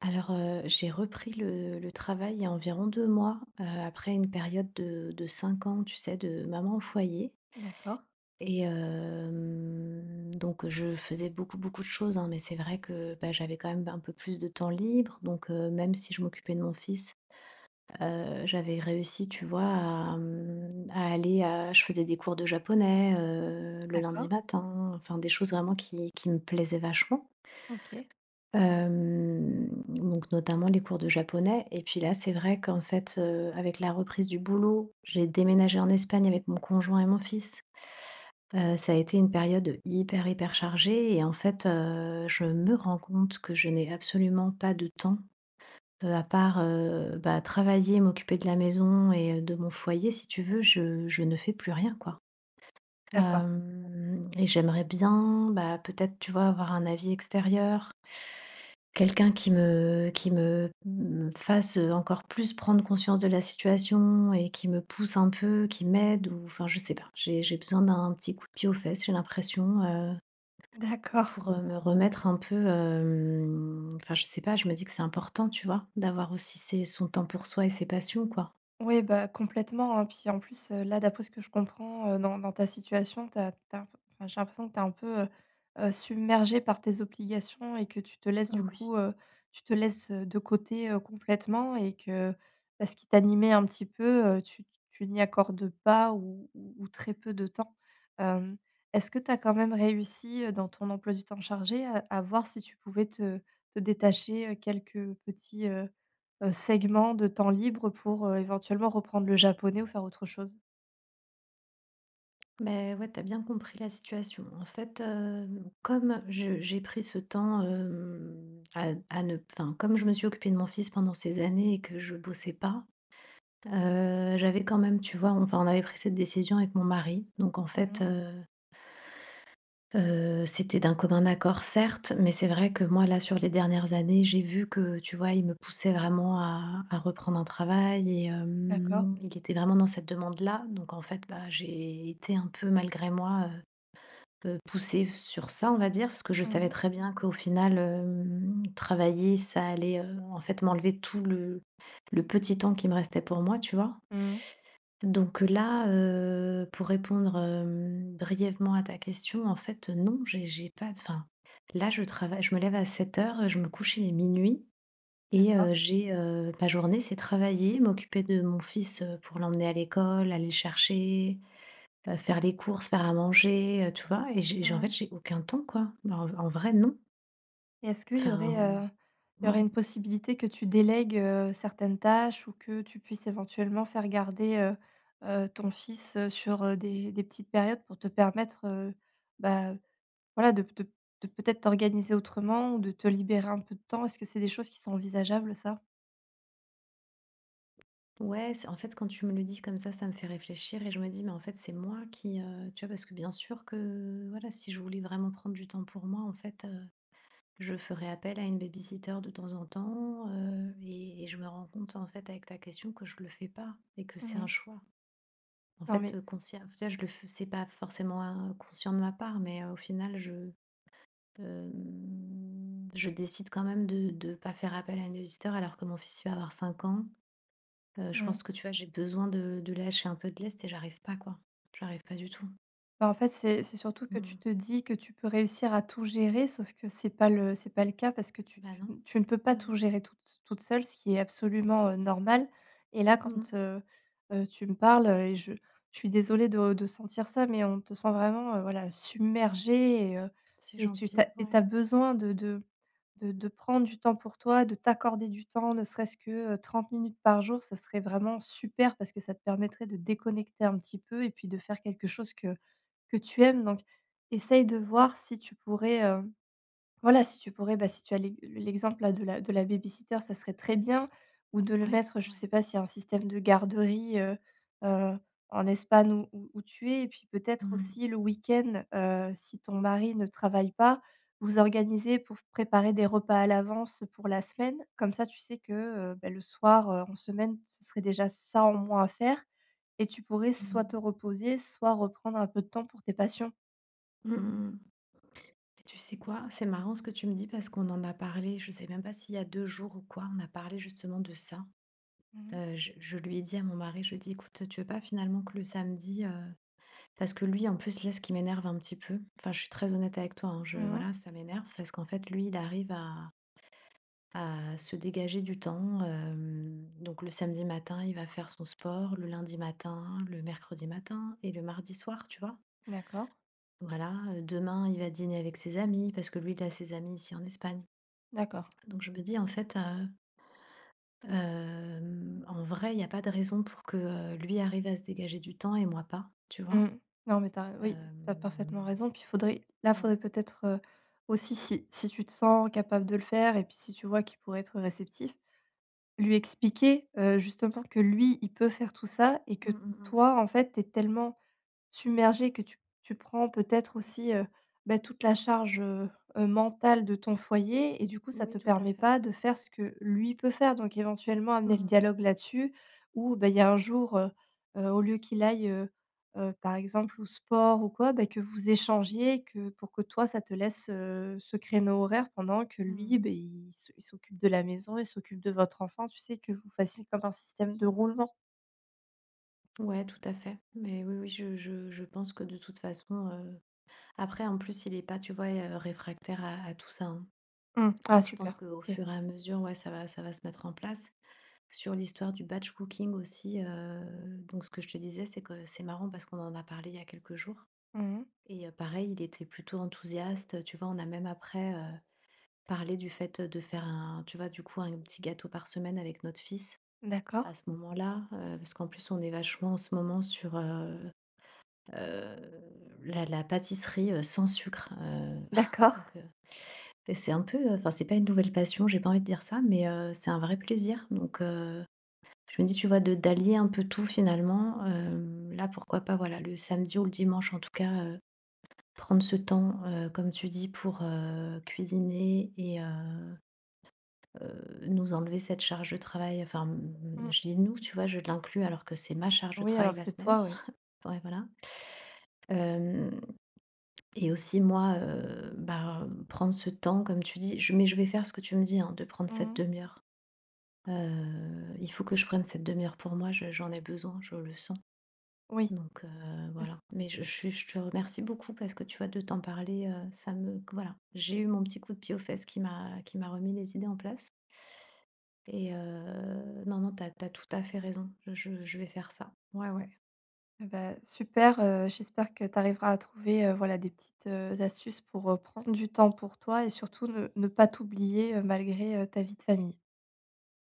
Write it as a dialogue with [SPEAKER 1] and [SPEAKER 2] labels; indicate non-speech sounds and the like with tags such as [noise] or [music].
[SPEAKER 1] Alors, j'ai repris le travail il y a environ 2 mois, après une période de 5 ans, tu sais, de maman au foyer.
[SPEAKER 2] D'accord,
[SPEAKER 1] Et donc je faisais beaucoup, beaucoup de choses, hein, mais c'est vrai que, bah, j'avais quand même un peu plus de temps libre. Donc même si je m'occupais de mon fils, j'avais réussi, tu vois, à, mmh, à aller à je faisais des cours de japonais, le lundi
[SPEAKER 2] d'accord,
[SPEAKER 1] matin, enfin des choses vraiment qui me plaisaient vachement.
[SPEAKER 2] OK.
[SPEAKER 1] Donc notamment les cours de japonais. Et puis là, c'est vrai qu'en fait, avec la reprise du boulot, j'ai déménagé en Espagne avec mon conjoint et mon fils. Ça a été une période hyper, hyper chargée et en fait, je me rends compte que je n'ai absolument pas de temps, à part, bah, travailler, m'occuper de la maison et de mon foyer. Si tu veux, je ne fais plus rien, quoi.
[SPEAKER 2] D'accord,
[SPEAKER 1] Hem Et j'aimerais bien, bah, peut-être, tu vois, avoir un avis extérieur. Quelqu'un qui me fasse encore plus prendre conscience de la situation et qui me pousse un peu, qui m'aide ou enfin, je sais pas. J'ai besoin d'un petit coup de pied aux fesses, j'ai l'impression. heu,
[SPEAKER 2] d'accord.
[SPEAKER 1] pour, heu, me remettre un peu, enfin, je sais pas, je me dis que c'est important, tu vois, d'avoir aussi ses son temps pour soi et ses passions, quoi.
[SPEAKER 2] Ouais, bah, complètement, hein, puis en plus, là, d'après ce que je comprends, dans ta situation, t'as as tu as enfin, j'ai l'impression que tu es un peu, submergée par tes obligations et que tu te laisses
[SPEAKER 1] Ah
[SPEAKER 2] du
[SPEAKER 1] oui.
[SPEAKER 2] coup, tu te laisses, de côté, complètement et que, bah, ce qui t'animait un petit peu, tu n'y accordes pas ou ou très peu de temps. Hem, Est-ce que tu as quand même réussi, dans ton emploi du temps chargé à voir si tu pouvais te détacher, quelques petits, segment de temps libre pour, éventuellement reprendre le japonais ou faire autre chose.
[SPEAKER 1] Mais ouais, t'as bien compris la situation. En fait, comme je j'ai pris ce temps, hem, à ne enfin, comme je me suis occupée de mon fils pendant ces années et que je bossais pas, j'avais quand même, tu vois, enfin, on avait pris cette décision avec mon mari. Donc en fait,
[SPEAKER 2] Mmh.
[SPEAKER 1] c'était d'un commun accord, certes, mais c'est vrai que moi, là, sur les dernières années, j'ai vu que, tu vois, il me poussait vraiment à reprendre un travail et
[SPEAKER 2] D'accord.
[SPEAKER 1] il était vraiment dans cette demande-là. Donc en fait, bah, j'ai été un peu malgré moi, poussée sur ça, on va dire, parce que je
[SPEAKER 2] Mmh
[SPEAKER 1] savais
[SPEAKER 2] mh.
[SPEAKER 1] très bien qu'au final, travailler, ça allait, en fait, m'enlever tout le petit temps qui me restait pour moi, tu vois?
[SPEAKER 2] Mmh.
[SPEAKER 1] Donc là, pour répondre, brièvement à ta question, en fait, non, j'ai pas de enfin, là, je travaille, je me lève à 7 heures, je me couche, il est minuit. Et
[SPEAKER 2] D'accord.
[SPEAKER 1] j'ai, ma journée, c'est travailler, m'occuper de mon fils, pour l'emmener à l'école, aller le chercher, faire les courses, faire à manger, tu vois? Et j'ai en fait,
[SPEAKER 2] Mmh.
[SPEAKER 1] j'ai aucun temps, quoi. En vrai, non. Mmh.
[SPEAKER 2] Et est-ce qu'il y aurait,
[SPEAKER 1] Enfin,
[SPEAKER 2] il y aurait
[SPEAKER 1] ouais.
[SPEAKER 2] une possibilité que tu délègues, certaines tâches ou que tu puisses éventuellement faire garder, ton fils, sur, des petites périodes pour te permettre, bah, voilà, de de peut-être t'organiser autrement ou de te libérer un peu de temps. Est-ce que c'est des choses qui sont envisageables, ça?
[SPEAKER 1] Ouais, c'est en fait, quand tu me le dis comme ça me fait réfléchir et je me dis: «Mais en fait, c'est moi qui,» tu vois? Parce que bien sûr que, voilà, si je voulais vraiment prendre du temps pour moi, en fait, je ferais appel à une baby-sitter de temps en temps, et je me rends compte, en fait, avec ta question, que je le fais pas et que c'est un
[SPEAKER 2] Mmh.
[SPEAKER 1] choix. En
[SPEAKER 2] Non,
[SPEAKER 1] fait,
[SPEAKER 2] mais
[SPEAKER 1] conscient, tu vois? Je le fais, c'est pas forcément, conscient de ma part, mais, au final, je. Je décide quand même de pas faire appel à un éditeur, alors que mon fils, il va avoir 5 ans. Je
[SPEAKER 2] mmh.
[SPEAKER 1] pense que, tu vois, j'ai besoin de lâcher un peu de lest et j'arrive pas, quoi. J'arrive pas du tout.
[SPEAKER 2] Bah, en fait, c'est surtout que
[SPEAKER 1] Mmh.
[SPEAKER 2] tu te dis que tu peux réussir à tout gérer, sauf que c'est pas le cas parce que tu
[SPEAKER 1] Bah,
[SPEAKER 2] tu
[SPEAKER 1] non.
[SPEAKER 2] tu ne peux
[SPEAKER 1] Bah,
[SPEAKER 2] pas
[SPEAKER 1] ouais.
[SPEAKER 2] tout gérer toute seule, ce qui est absolument, normal et là,
[SPEAKER 1] Mmh.
[SPEAKER 2] quand, tu me parles, heu, et je suis désolée de sentir ça, mais on te sent vraiment, voilà, submergée
[SPEAKER 1] C'est
[SPEAKER 2] et tu tu
[SPEAKER 1] gentil.
[SPEAKER 2] as et
[SPEAKER 1] Ouais.
[SPEAKER 2] tu besoin de de prendre du temps pour toi, de t'accorder du temps, ne serait-ce que, 30 minutes par jour. Ça serait vraiment super parce que ça te permettrait de déconnecter un petit peu et puis de faire quelque chose que tu aimes donc essaye de voir si tu pourrais, voilà, si tu pourrais, bah, si tu as l'e l'exemple là de la baby-sitter, ça serait très bien ou de le
[SPEAKER 1] Ouais,
[SPEAKER 2] mettre, je ne
[SPEAKER 1] ouais.
[SPEAKER 2] sais pas s'il y a un système de garderie, heu, en Espagne où où tu es et puis peut-être
[SPEAKER 1] Mmh mh.
[SPEAKER 2] aussi le week-end, si ton mari ne travaille pas, vous organisez pour préparer des repas à l'avance pour la semaine. Comme ça, tu sais que, bah, le soir, en semaine, ce serait déjà ça en moins à faire et tu pourrais
[SPEAKER 1] Mmh.
[SPEAKER 2] soit te reposer, soit reprendre un peu de temps pour tes passions.
[SPEAKER 1] Mmh mmh. Et tu sais quoi? C'est marrant ce que tu me dis parce qu'on en a parlé, je sais même pas s'il y a 2 jours ou quoi, on a parlé justement de ça.
[SPEAKER 2] Mmh mh.
[SPEAKER 1] Je lui ai dit à mon mari, je lui ai dit: «Écoute, tu veux pas finalement que le samedi». Parce que lui, en plus, là, ce qui m'énerve un petit peu, enfin, je suis très honnête avec toi, hein, je,
[SPEAKER 2] Mmh.
[SPEAKER 1] voilà, ça m'énerve parce qu'en fait, lui, il arrive à se dégager du temps. Donc, le samedi matin, il va faire son sport, le lundi matin, le mercredi matin et le mardi soir, tu vois.
[SPEAKER 2] D'accord,
[SPEAKER 1] Voilà, demain, il va dîner avec ses amis parce que lui, il a ses amis ici en Espagne.
[SPEAKER 2] d'accord.
[SPEAKER 1] Donc, je me dis, en fait, en vrai, il n'y a pas de raison pour que lui arrive à se dégager du temps et moi pas, tu vois.
[SPEAKER 2] Mmh. Non, mais t'as oui,
[SPEAKER 1] Euh,
[SPEAKER 2] tu as parfaitement raison. Puis, il faudrait là, faudrait
[SPEAKER 1] ouais.
[SPEAKER 2] peut-être, aussi si tu te sens capable de le faire et puis si tu vois qu'il pourrait être réceptif, lui expliquer, justement que lui, il peut faire tout ça et
[SPEAKER 1] Mm,
[SPEAKER 2] que
[SPEAKER 1] mm, mm.
[SPEAKER 2] toi, en fait, tu es tellement submergé que tu prends peut-être aussi, bah, toute la charge, mentale de ton foyer et du coup, ça
[SPEAKER 1] Oui,
[SPEAKER 2] te
[SPEAKER 1] tout à
[SPEAKER 2] permet
[SPEAKER 1] fait.
[SPEAKER 2] pas de faire ce que lui peut faire. Donc éventuellement amener le
[SPEAKER 1] Mmh,
[SPEAKER 2] dialogue là-dessus où, bah, il y a un jour, au lieu qu'il aille, par exemple au sport ou quoi, bah, que vous échangiez, que pour que toi ça te laisse, ce créneau horaire pendant que lui, beh,
[SPEAKER 1] mmh.
[SPEAKER 2] il s'occupe de la maison, il s'occupe de votre enfant. Tu sais, que vous fassiez comme un système de roulement?
[SPEAKER 1] Ouais, tout à fait. Mais oui, oui, je pense que de toute façon, après, en plus, il est pas, tu vois, réfractaire à tout ça, hein.
[SPEAKER 2] Mmh. Ah,
[SPEAKER 1] Donc je
[SPEAKER 2] super,
[SPEAKER 1] pense qu'au
[SPEAKER 2] OK.
[SPEAKER 1] fur et à mesure, ouais, ça va se mettre en place. Sur l'histoire du batch cooking aussi, donc ce que je te disais, c'est que c'est marrant parce qu'on en a parlé il y a quelques jours
[SPEAKER 2] Mmh.
[SPEAKER 1] et pareil, il était plutôt enthousiaste. Tu vois, on a même après, parlé du fait, de faire un tu vois, du coup, un petit gâteau par semaine avec notre fils.
[SPEAKER 2] D'accord.
[SPEAKER 1] À ce moment-là, parce qu'en plus on est vachement en ce moment sur, heu, la pâtisserie, sans sucre, [laughs]
[SPEAKER 2] D'accord.
[SPEAKER 1] donc et c'est un peu, enfin c'est pas une nouvelle passion, j'ai pas envie de dire ça, mais c'est un vrai plaisir. Donc je me dis, tu vois, de d'allier un peu tout finalement. Là pourquoi pas, voilà, le samedi ou le dimanche en tout cas, prendre ce temps, comme tu dis, pour, cuisiner et nous enlever cette charge de travail. Enfin, mmh,
[SPEAKER 2] Mmh.
[SPEAKER 1] je dis «nous», tu vois? Je l'inclus alors que c'est ma charge de
[SPEAKER 2] Oui,
[SPEAKER 1] travail
[SPEAKER 2] alors
[SPEAKER 1] la
[SPEAKER 2] c'est
[SPEAKER 1] semaine.
[SPEAKER 2] toi, oui.
[SPEAKER 1] [laughs] Ouais, voilà. Hem Et aussi moi, bah, prendre ce temps comme tu dis. Je mais je vais faire ce que tu me dis, hein, de prendre cette
[SPEAKER 2] Mmh.
[SPEAKER 1] demi heure. Il faut que je prenne cette demi heure pour moi, je j'en ai besoin, je le sens.
[SPEAKER 2] Oui,
[SPEAKER 1] Donc
[SPEAKER 2] bah, s
[SPEAKER 1] voilà. Mais je te remercie beaucoup parce que, tu vois, de t'en parler, ça me, voilà, j'ai eu mon petit coup de pied aux fesses qui m'a remis les idées en place. Et non, non, t'as as tout à fait raison. Je vais faire ça. Ouais, ouais.
[SPEAKER 2] bah, super, j'espère que tu arriveras à trouver, voilà des petites, astuces pour, prendre du temps pour toi et surtout ne pas t'oublier, malgré, ta vie de famille.